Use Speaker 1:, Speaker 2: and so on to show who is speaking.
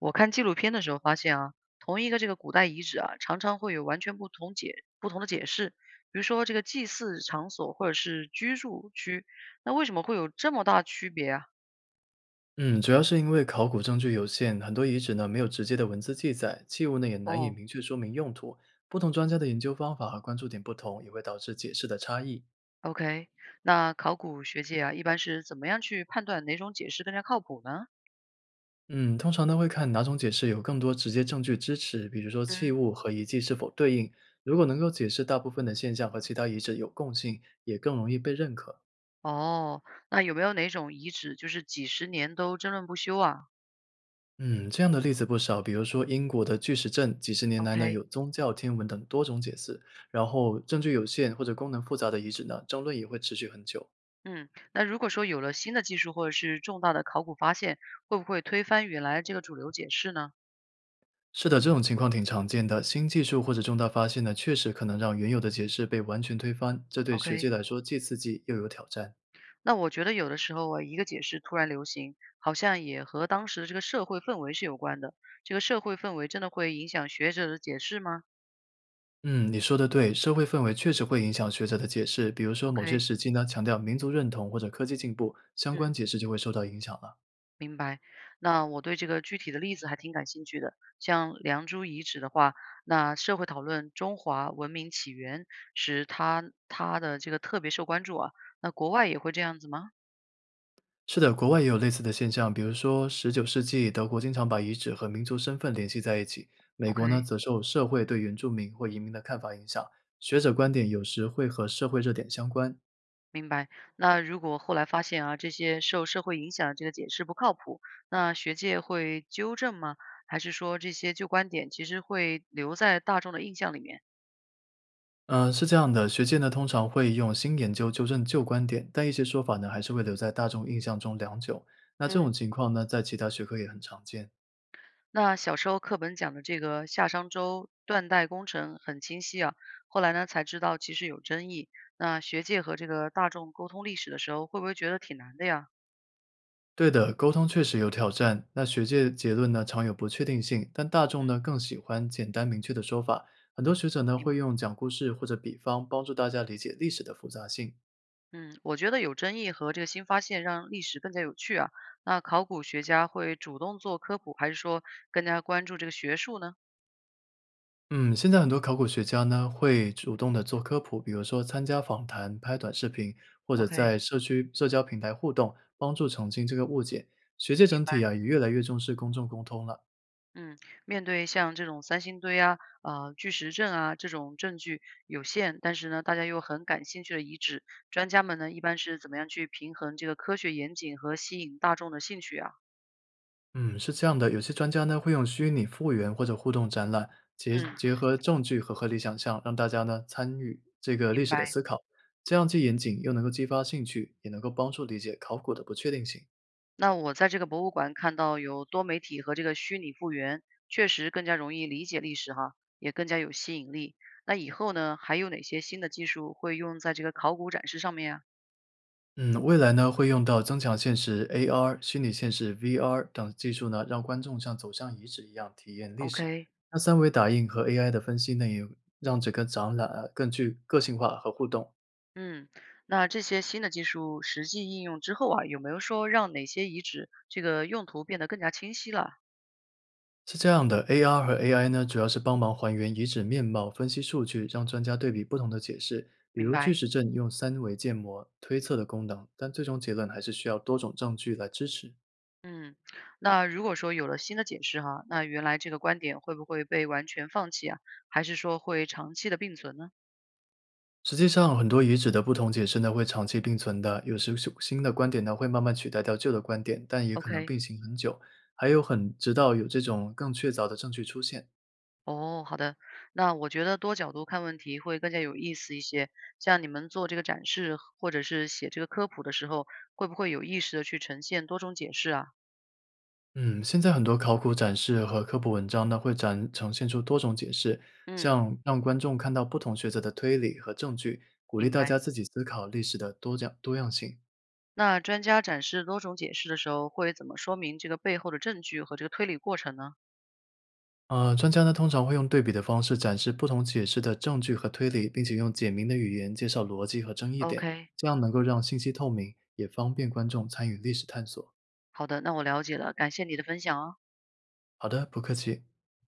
Speaker 1: 我看纪录片的时候发现啊，同一个这个古代遗址啊，常常会有完全不同解不同的解释。比如说这个祭祀场所或者是居住区，那为什么会有这么大区别啊？
Speaker 2: 嗯，主要是因为考古证据有限，很多遗址呢没有直接的文字记载，器物呢也难以
Speaker 1: 哦
Speaker 2: 明确说明用途。不同专家的研究方法和关注点不同，也会导致解释的差异。
Speaker 1: ，OK，那考古学界啊，一般是怎么样去判断哪种解释更加靠谱呢？
Speaker 2: 嗯，通常呢会看哪种解释有更多直接证据支持，比如说器
Speaker 1: 嗯
Speaker 2: 物和遗迹是否对应。如果能够解释大部分的现象和其他遗址有共性，也更容易被认可。
Speaker 1: 哦，那有没有哪种遗址就是几十年都争论不休啊？
Speaker 2: 嗯，这样的例子不少，比如说英国的巨石阵，几十年来呢
Speaker 1: ，OK，
Speaker 2: 有宗教、天文等多种解释，然后证据有限或者功能复杂的遗址呢，争论也会持续很久。
Speaker 1: 嗯，那如果说有了新的技术或者是重大的考古发现，会不会推翻原来这个主流解释呢？
Speaker 2: 是的，这种情况挺常见的。新技术或者重大发现呢，确实可能让原有的解释被完全推翻，这对学界
Speaker 1: OK，
Speaker 2: 来说既刺激又有挑战。
Speaker 1: 那我觉得有的时候啊，一个解释突然流行，好像也和当时的这个社会氛围是有关的。这个社会氛围真的会影响学者的解释吗
Speaker 2: 嗯，你说的对，社会氛围确实会影响学者的解释。比如说，某些
Speaker 1: ？OK，
Speaker 2: 时期呢，强调民族认同或者科技进步，相
Speaker 1: 嗯，
Speaker 2: 关解释就会受到影响了。
Speaker 1: 明白。那我对这个具体的例子还挺感兴趣的。像《良渚遗址》的话，那社会讨论中华文明起源时它的这个特别受关注啊。那国外也会这样子吗
Speaker 2: 是的，国外也有类似的现象，比如说十九世纪德国经常把遗址和民族身份联系在一起，美国呢
Speaker 1: ？OK，
Speaker 2: 则受社会对原住民或移民的看法影响，学者观点有时会和社会热点相关。
Speaker 1: 明白。那如果后来发现啊，这些受社会影响的这个解释不靠谱，那学界会纠正吗？还是说这些旧观点其实会留在大众的印象里面？
Speaker 2: 嗯，是这样的，学界呢通常会用新研究纠正旧观点，但一些说法呢还是会留在大众印象中良久。那这
Speaker 1: 嗯，
Speaker 2: 种情况呢，在其他学科也很常见。
Speaker 1: 那小时候课本讲的这个夏商周断代工程很清晰啊，后来呢才知道其实有争议。那学界和这个大众沟通历史的时候，会不会觉得挺难的呀？
Speaker 2: 对的，沟通确实有挑战。那学界结论呢常有不确定性，但大众呢更喜欢简单明确的说法。很多学者呢会用讲故事或者比方帮助大家理解历史的复杂性。
Speaker 1: 嗯，我觉得有争议和这个新发现让历史更加有趣啊。那考古学家会主动做科普，还是说更加关注这个学术呢
Speaker 2: 嗯，现在很多考古学家呢会主动的做科普，比如说参加访谈、拍短视频，或者
Speaker 1: ？OK，
Speaker 2: 在社区社交平台互动，帮助澄清这个误解。学界
Speaker 1: 明
Speaker 2: 整体
Speaker 1: 白。
Speaker 2: 啊也越来越重视公众沟通了。
Speaker 1: 嗯，面对像这种三星堆啊、啊巨石阵啊这种证据有限，但是呢大家又很感兴趣的遗址，专家们呢一般是怎么样去平衡这个科学严谨和吸引大众的兴趣啊？
Speaker 2: 嗯，是这样的，有些专家呢会用虚拟复原或者互动展览，结
Speaker 1: 嗯，
Speaker 2: 结合证据和合理想象，让大家呢参与这个历
Speaker 1: 明
Speaker 2: 史的
Speaker 1: 白。
Speaker 2: 思考，这样既严谨又能够激发兴趣，也能够帮助理解考古的不确定性。
Speaker 1: 那我在这个博物馆看到有多媒体和这个虚拟复原，确实更加容易理解历史哈，也更加有吸引力。那以后呢，还有哪些新的技术会用在这个考古展示上面啊
Speaker 2: 嗯，未来呢会用到增强现实 AR、虚拟现实 VR 等技术呢，让观众像走向遗址一样体验历史。
Speaker 1: ？OK，
Speaker 2: 那三维打印和 AI 的分析呢，也让整个展览啊更具个性化和互动。
Speaker 1: 嗯，那这些新的技术实际应用之后啊，有没有说让哪些遗址这个用途变得更加清晰了？
Speaker 2: 是这样的，AR 和 AI 呢，主要是帮忙还原遗址面貌，分析数据，让专家对比不同的解释。比
Speaker 1: 明
Speaker 2: 如巨
Speaker 1: 白。
Speaker 2: 石阵用三维建模推测的功能，但最终结论还是需要多种证据来支持。
Speaker 1: 嗯，那如果说有了新的解释哈，那原来这个观点会不会被完全放弃啊？还是说会长期的并存呢
Speaker 2: 实际上，很多遗址的不同解释呢会长期并存的，有时是新的观点呢会慢慢取代掉旧的观点，但也可能
Speaker 1: ？OK。
Speaker 2: 并行很久，还有很直到有这种更确凿的证据出现。
Speaker 1: 哦，好的。那我觉得多角度看问题会更加有意思一些。像你们做这个展示或者是写这个科普的时候，会不会有意识的去呈现多种解释啊？
Speaker 2: 嗯，现在很多考古展示和科普文章呢会展呈现出多种解释，
Speaker 1: 嗯，
Speaker 2: 像让观众看到不同学者的推理和证据，鼓励
Speaker 1: 明
Speaker 2: 大
Speaker 1: 白。
Speaker 2: 家自己思考历史的多样性。
Speaker 1: 那专家展示多种解释的时候，会怎么说明这个背后的证据和这个推理过程呢
Speaker 2: 专家呢通常会用对比的方式展示不同解释的证据和推理，并且用简明的语言介绍逻辑和争议点，
Speaker 1: ？OK，
Speaker 2: 这样能够让信息透明，也方便观众参与历史探索。
Speaker 1: 好的，那我了解了，感谢你的分享啊。
Speaker 2: 好的，不客气。